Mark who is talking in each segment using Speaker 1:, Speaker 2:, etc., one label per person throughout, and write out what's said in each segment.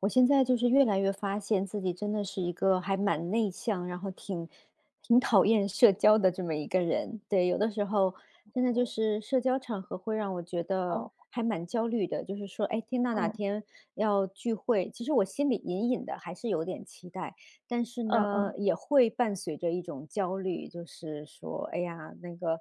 Speaker 1: 我现在就是越来越发现自己真的是一个还蛮内向，然后挺讨厌社交的这么一个人。对，有的时候真的就
Speaker 2: 哦，
Speaker 1: 是社交场合会让我觉
Speaker 2: 哦，
Speaker 1: 得还蛮焦虑的，就是说，哎，听到哪
Speaker 2: 嗯，
Speaker 1: 天要聚会，其实我心里隐隐的还是有点期待，但是
Speaker 2: 嗯
Speaker 1: 呢，
Speaker 2: 嗯，
Speaker 1: 也会伴随着一种焦虑，就是说，哎呀，那个，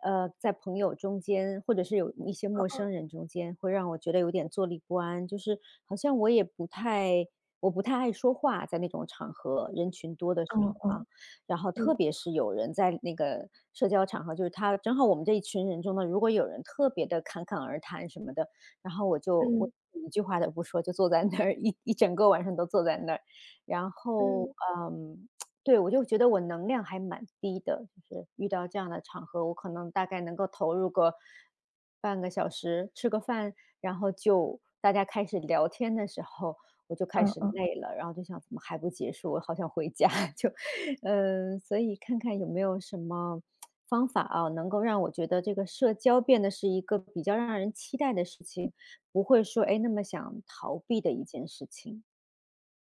Speaker 1: 在朋友中间，或者是有一些陌
Speaker 2: 嗯
Speaker 1: 生人中间，会让我觉得有点坐立不安，就是好像我也不太，我不太爱说话，在那种场合，人群多的时
Speaker 2: 嗯，嗯嗯，
Speaker 1: 候啊，
Speaker 2: 哦
Speaker 1: 然后特
Speaker 2: 嗯
Speaker 1: 别是有人在那个社交场合，就是他正好我们这一群人中呢，如果有人特别的侃侃而谈什么的，然后我
Speaker 2: 嗯
Speaker 1: 一句话都不说，就坐在那儿一整个晚上都坐在那儿，然后，嗯，对，我就觉得我能量还蛮低的，就是遇到这样的场合，我可能大概能够投入个半个小时，吃个饭，然后就大家开始聊天的时候，我就开
Speaker 2: 嗯
Speaker 1: 始
Speaker 2: 嗯，
Speaker 1: 累了，然后就想怎么还不结束，我好想回家，就，嗯，所以看看有没有什么方法啊，能够让我觉得这个社交变得是一个比较让人期待的事情，不会说哎那么想逃避的一件事情，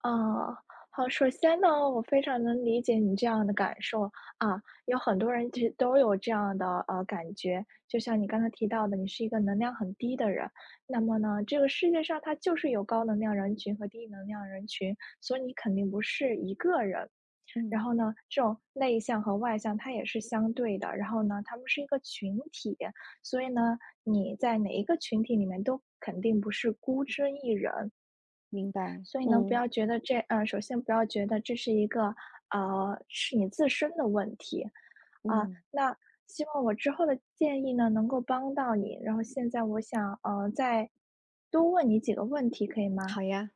Speaker 2: 哦，好，首先呢，我非常能理解你这样的感受。啊，有很多人其实都有这样的，感觉，就像你刚才提到的，你是一个能量很低的人。那么呢，这个世界上它就是有高能量人群和低能量人群，所以你肯定不是一个人。
Speaker 1: 嗯。
Speaker 2: 然后呢，这种内向和外向它也是相对的，然后呢，他们是一个群体，所以呢，你在哪一个群体里面都肯定不是孤身一人。
Speaker 1: 明白，
Speaker 2: 所以呢，不
Speaker 1: 嗯
Speaker 2: 要觉得这首先不要觉得这是一个是你自身的问题。
Speaker 1: 嗯，
Speaker 2: 那希望我之后的建议呢能够帮到你，然后现在我想再多问你几个问题，可以吗？
Speaker 1: 好呀。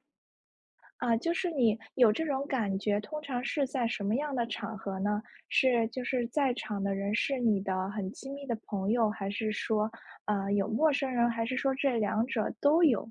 Speaker 2: 啊，就是你有这种感觉，通常是在什么样的场合呢？是就是在场的人是你的很亲密的朋友，还是说，有陌生人，还是说这两者都有？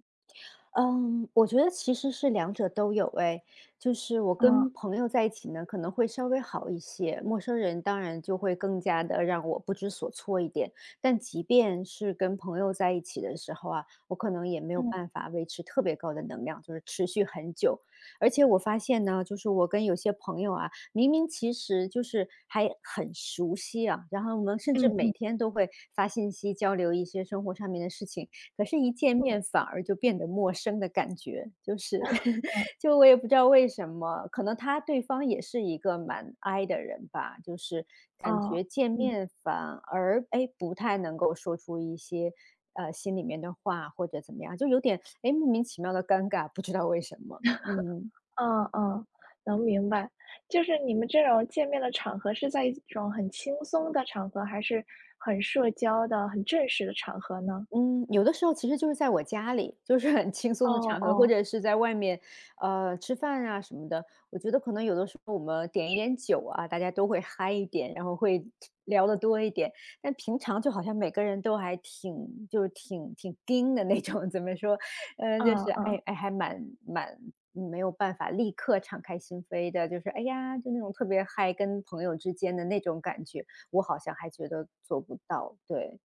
Speaker 1: 嗯，我觉得其实是两者都有诶，就是我
Speaker 2: 啊，
Speaker 1: 跟朋友在一起呢，可能会稍微好一些，陌生人当然就会更加的让我不知所措一点。但即便是跟朋友在一起的时候啊，我可能也没有
Speaker 2: 嗯
Speaker 1: 办法维持特别高的能量，就是持续很久。而且我发现呢，就是我跟有些朋友啊，明明其实就是还很熟悉啊，然后我们甚
Speaker 2: 嗯
Speaker 1: 至每
Speaker 2: 嗯
Speaker 1: 天都会发信息交流一些生活上面的事情，可是一见
Speaker 2: 嗯
Speaker 1: 面反而就变得陌生的感觉，就是
Speaker 2: 嗯，
Speaker 1: 就我也不知道为什么，可能他对方也是一个蛮 i 的人吧，就是感
Speaker 2: 哦，
Speaker 1: 觉见
Speaker 2: 嗯，
Speaker 1: 面反而哎不太能够说出一些心里面的话或者怎么样，就有点哎莫名其妙的尴尬，不知道为什么，嗯。
Speaker 2: 嗯嗯，能明白。就是你们这种见面的场合是在一种很轻松的场合，还是很社交的、很正式的场合呢？
Speaker 1: 嗯，有的时候其实就是在我家里，就是很轻
Speaker 2: 哦
Speaker 1: 松的场合，或
Speaker 2: 哦，
Speaker 1: 者是在外面，吃饭啊什么的。我觉得可能有的时候我们点一点酒啊，大家都会嗨一点，然后会聊得多一点。但平常就好像每个人都还挺，就是挺盯的那种，怎么说？嗯，就
Speaker 2: 嗯
Speaker 1: 是
Speaker 2: 嗯。
Speaker 1: 哎，还蛮没有办法立刻敞开心扉的，就是哎呀，就那种特别嗨，跟朋友之间的那种感觉，我好像还觉得做不到。对，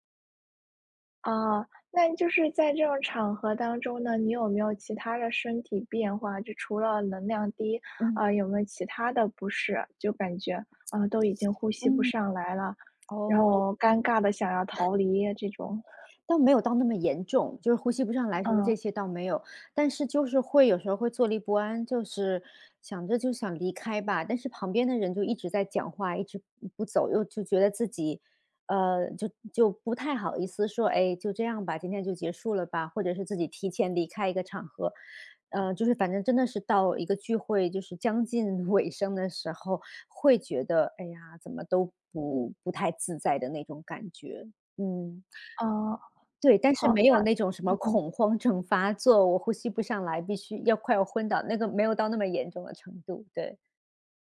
Speaker 2: 啊，那就是在这种场合当中呢，你有没有其他的身体变化？就除了能量低，
Speaker 1: 嗯
Speaker 2: 啊，有没有其他的不适？就感觉，啊，都已经呼吸不
Speaker 1: 嗯。
Speaker 2: 上来了，然
Speaker 1: 哦，
Speaker 2: 后尴尬的想要逃离这种。
Speaker 1: 倒没有到那么严重，就是呼吸不上来什么
Speaker 2: 嗯，
Speaker 1: 这些倒没有，但是就是会有时候会坐立不安，就是想着就想离开吧，但是旁边的人就一直在讲话，一直不走，又就觉得自己，就不太好意思说，哎，就这样吧，今天就结束了吧，或者是自己提前离开一个场合，就是反正真的是到一个聚会就是将近 尾声的时候，会觉得，哎呀，怎么都
Speaker 2: 嗯，
Speaker 1: 不太自在的那种感觉，嗯。
Speaker 2: 啊，
Speaker 1: 对，但是
Speaker 2: 好，
Speaker 1: 没
Speaker 2: 那
Speaker 1: 有那种什么
Speaker 2: 嗯嗯。
Speaker 1: 恐慌症发作，我呼吸不上来，必须要快要昏倒，那个没有到那么严重的程度，对，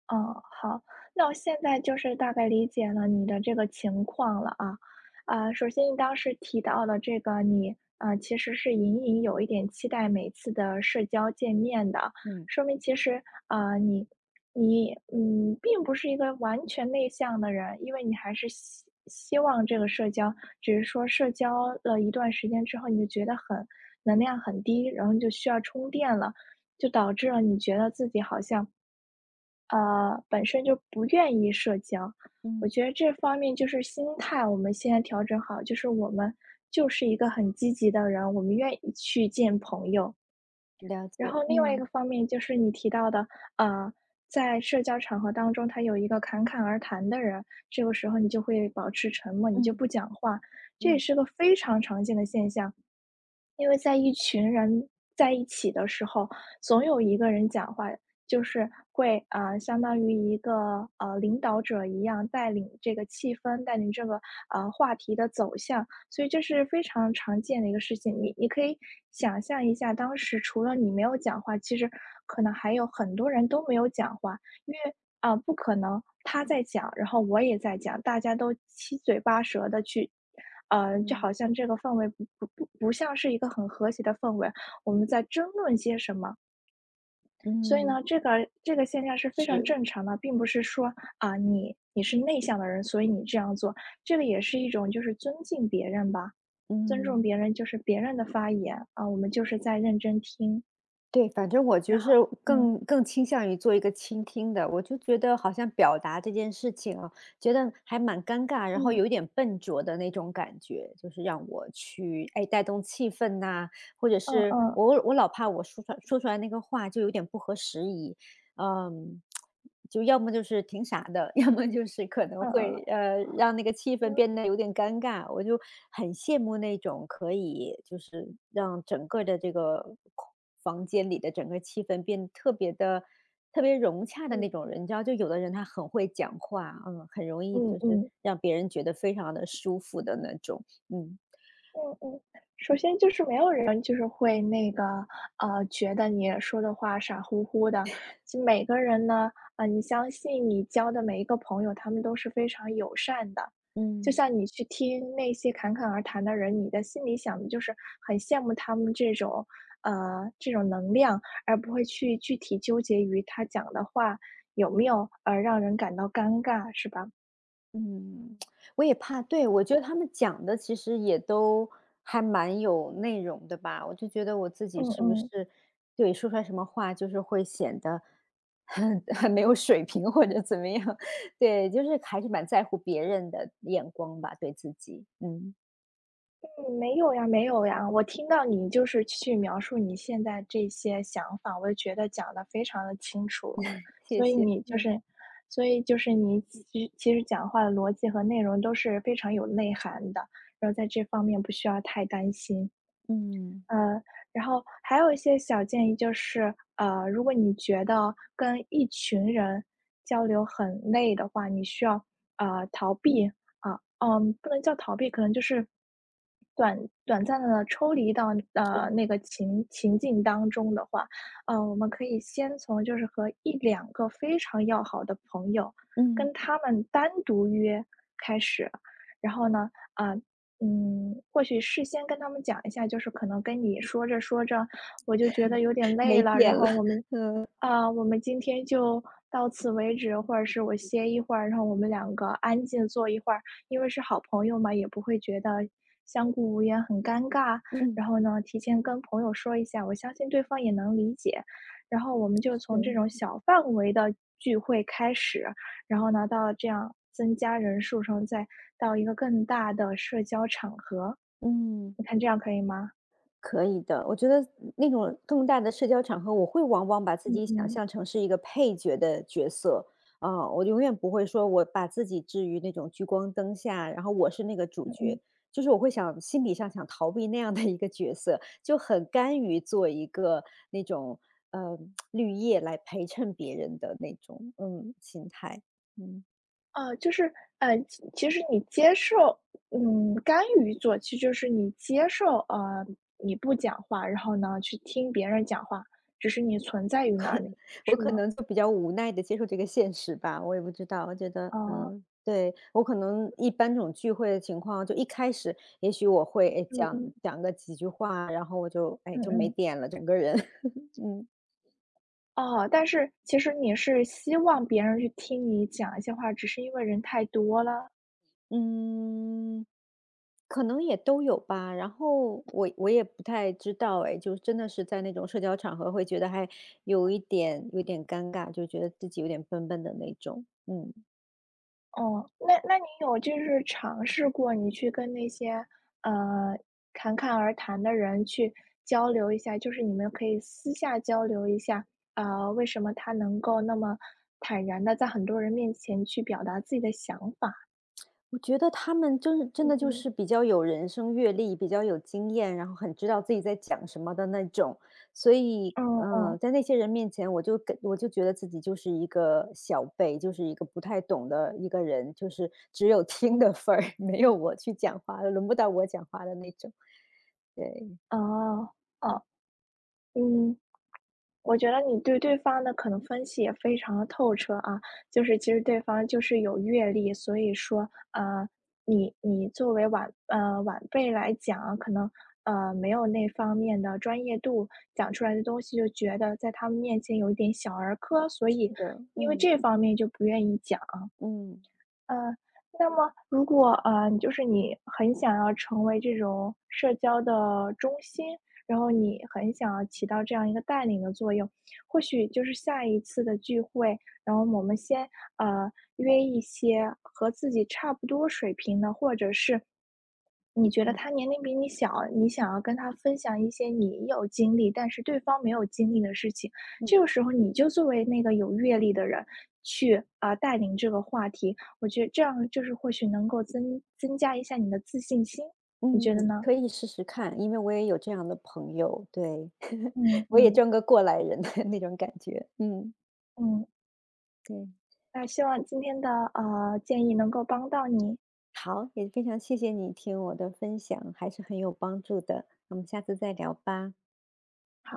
Speaker 2: 哦，好，那我现在就是大概理解了你的这个情况了啊。啊，首先你当时提到的这个你，啊，其实是隐隐有一点期待每次的社交见面的。
Speaker 1: 嗯，
Speaker 2: 说明其实，啊，你并不是一个完全内向的人，因为你还是希望这个社交，只是说社交了一段时间之后，你就觉得很能量很低，然后你就需要充电了，就导致了你觉得自己好像。本身就不愿意社交。我
Speaker 1: 嗯，
Speaker 2: 觉得这方面就是心态，我们先调整好，就是我们就是一个很积极的人，我们愿意去见朋友。
Speaker 1: 了
Speaker 2: 然
Speaker 1: 解，
Speaker 2: 后另外一
Speaker 1: 嗯，
Speaker 2: 个方面就是你提到的，呃，在社交场合当中，他有一个侃侃而谈的人，这个时候你就会保持沉默，你就
Speaker 1: 嗯，
Speaker 2: 不讲话，这也
Speaker 1: 嗯，
Speaker 2: 是个非常常见的现象。因为在一群人在一起的时候，总有一个人讲话，就是会相当于一个领导者一样，带领这个气氛，带领这个话题的走向，所以这是非常常见的一个事情。你可以想象一下，当时除了你没有讲话，其实可能还有很多人都没有讲话。因为，啊，不可能他在讲，然后我也在讲，大家都七嘴八舌的去就好
Speaker 1: 嗯，
Speaker 2: 像这个氛围不像是一个很和谐的氛围，我们在争论些什么。所以呢，
Speaker 1: 嗯，
Speaker 2: 这个现象是非常
Speaker 1: 是，
Speaker 2: 正常的，并不是说，啊，你是内向的人，所以你这样做，这个也是一种就是尊敬别人吧，尊重
Speaker 1: 嗯。
Speaker 2: 别人就是别人的发言，啊，我们就是在认真听，
Speaker 1: 对，反正我
Speaker 2: 然
Speaker 1: 就是
Speaker 2: 后嗯，
Speaker 1: 更倾向于做一个倾听的，我就觉得好像表达这件事情啊，觉得还蛮尴尬，然后
Speaker 2: 嗯，
Speaker 1: 有一点笨拙的那种感觉，就是让我去哎带动气氛呐、或者
Speaker 2: 嗯
Speaker 1: 是
Speaker 2: 嗯，
Speaker 1: 我老怕我说出来那个话就有点不合时宜，嗯，就要么就是挺傻的，要么就是可能
Speaker 2: 嗯
Speaker 1: 会，让那个气氛
Speaker 2: 嗯，
Speaker 1: 变得有点尴尬。我就很羡慕那种可以就是让整个的这个空房间里的整个气氛变得特别融洽的
Speaker 2: 嗯嗯，嗯
Speaker 1: 那种
Speaker 2: 嗯。
Speaker 1: 人。你知道就有的人他很会讲话，嗯，很容易就是
Speaker 2: 嗯
Speaker 1: 让别人觉得非常的舒服的那种，嗯。
Speaker 2: 嗯嗯，首先就是没有人就是会那个，觉得你说的话傻乎乎的。就每个人呢，啊，你相信你交的每一个朋友，他们都是非常友善的。就
Speaker 1: 嗯。
Speaker 2: 像你去听那些侃侃而谈的人，你的心里想的就是很羡慕他们这种能量，而不会去具体纠结于他讲的话有没有，让人感到尴尬，是吧？
Speaker 1: 嗯，我也怕对，我觉得他们讲的其实也都还蛮有内容的吧，我就觉得我自己
Speaker 2: 嗯
Speaker 1: 是不
Speaker 2: 嗯。
Speaker 1: 是对，说出来什么话就是会显得很 很没有水平或者怎么样。对，就是还是蛮在乎别人的眼光吧，对自己。嗯，
Speaker 2: 嗯，没有呀，没有呀。我听到你就是去描述你现在这些想法，我就觉得讲得非常的清楚。
Speaker 1: 谢
Speaker 2: 所以
Speaker 1: 谢。
Speaker 2: 你就是所以就是你其实讲话的逻辑和内容都是非常有内涵的，然后在这方面不需要太担心。
Speaker 1: 嗯，
Speaker 2: 呃，然后还有一些小建议就是，如果你觉得跟一群人交流很累的话，你需要逃避啊，不能叫逃避，可能就是短短暂的抽离到
Speaker 1: 是，
Speaker 2: 那个情境当中的话，我们可以先从就是和一两个非常要好的朋友，
Speaker 1: 嗯，
Speaker 2: 跟他们单独约开始，然后呢，啊、或许事先跟他们讲一下，就是可能跟你说着说着，我就觉得有点累
Speaker 1: 没
Speaker 2: 了，然
Speaker 1: 电
Speaker 2: 后
Speaker 1: 了。
Speaker 2: 我们，啊、我们今天就到此为止，或者是我歇一会儿，然后我们两个安静坐一会儿，因为是好朋友嘛，也不会觉得相顾无言很尴尬。
Speaker 1: 嗯，
Speaker 2: 然后呢，提前跟朋友说一下，我相信对方也能理解。然后我们就从这
Speaker 1: 是，
Speaker 2: 种小范围的聚会开始，然后呢，到这样增加人数上，然后再到一个更大的社交场合，
Speaker 1: 嗯。
Speaker 2: 你看这样可以吗？
Speaker 1: 可以的，我觉得那种更大的社交场合，我会往往把自
Speaker 2: 嗯
Speaker 1: 己想
Speaker 2: 嗯
Speaker 1: 象成是一个配角的角色，啊、我永远不会说我把自己置于那种聚光灯下，然后我是那个主
Speaker 2: 嗯嗯，
Speaker 1: 角，就是我会想心理上想逃避那样的一个角色，就很甘于做一个那种呃绿叶来陪衬别人的那种嗯心态，嗯。
Speaker 2: 就是其实你接受，嗯，干预做，其实就是你接受，你不讲话，然后呢，去听别人讲话，只是你存在于那里，
Speaker 1: 我
Speaker 2: 是
Speaker 1: 可
Speaker 2: 吗？
Speaker 1: 能就比较无奈的接受这个现实吧，我也不知道，我觉得，
Speaker 2: 哦，
Speaker 1: 嗯，对，我可能一般这种聚会的情况，就一开始也许我会，哎，
Speaker 2: 嗯
Speaker 1: 讲
Speaker 2: 嗯
Speaker 1: 讲个几句话，然后我就，哎，
Speaker 2: 嗯
Speaker 1: 就没
Speaker 2: 嗯，
Speaker 1: 电了，整个人，嗯
Speaker 2: 哦，但是其实你是希望别人去听你讲一些话，只是因为人太多了。
Speaker 1: 嗯，可能也都有吧。然后我也不太知道，哎，就真的是在那种社交场合会觉得还有一点尴尬，就觉得自己有点笨笨的那种，嗯。
Speaker 2: 哦，那你有就是尝试过你去跟那些，呃，侃侃而谈的人去交流一下，就是你们可以私下交流一下，为什么他能够那么坦然的在很多人面前去表达自己的想法？
Speaker 1: 我觉得他们真是真
Speaker 2: 嗯
Speaker 1: 的就
Speaker 2: 嗯，
Speaker 1: 是比较有人生阅历，比较有经验，然后很知道自己在讲什么的那种，所以，
Speaker 2: 嗯嗯，
Speaker 1: 在那些人面前，我就觉得自己就是一个小辈，就是一个不太懂的一个人，就是只有听的份儿，没有我去讲话，轮不到我讲话的那种。对，
Speaker 2: 哦，哦，嗯。我觉得你对对方的可能分析也非常的透彻啊，就是其实对方就是有阅历，所以说，你作为晚辈来讲啊可能，没有那方面的专业度，讲出来的东西就觉得在他们面前有一点小儿科，所以
Speaker 1: 是的，
Speaker 2: 因为
Speaker 1: 嗯
Speaker 2: 这方面就不愿意讲。
Speaker 1: 嗯
Speaker 2: 呃，那么如果，你就是你很想要成为这种社交的中心，然后你很想要起到这样一个带领的作用，或许就是下一次的聚会，然后我们先，呃，约一些和自己差不多水平的，或者是你觉得
Speaker 1: 嗯
Speaker 2: 他年龄比你小，你想要跟他分享一些你有经历，但是对方没有经历的事情，
Speaker 1: 嗯
Speaker 2: 这个时候你就作为那个有阅历的人去带领这个话题，我觉得这样就是或许能够增加一下你的自信心，你觉
Speaker 1: 嗯，
Speaker 2: 得呢？
Speaker 1: 可以试试看，因为我也有这样的朋友，对，
Speaker 2: 嗯
Speaker 1: 我也
Speaker 2: 嗯
Speaker 1: 装个过来人的那种感觉，嗯，
Speaker 2: 嗯，
Speaker 1: 对。
Speaker 2: 那希望今天的建议能够帮到你。
Speaker 1: 好，也非常谢谢你听我的分享，还是很有帮助的。我们下次再聊吧。
Speaker 2: 好。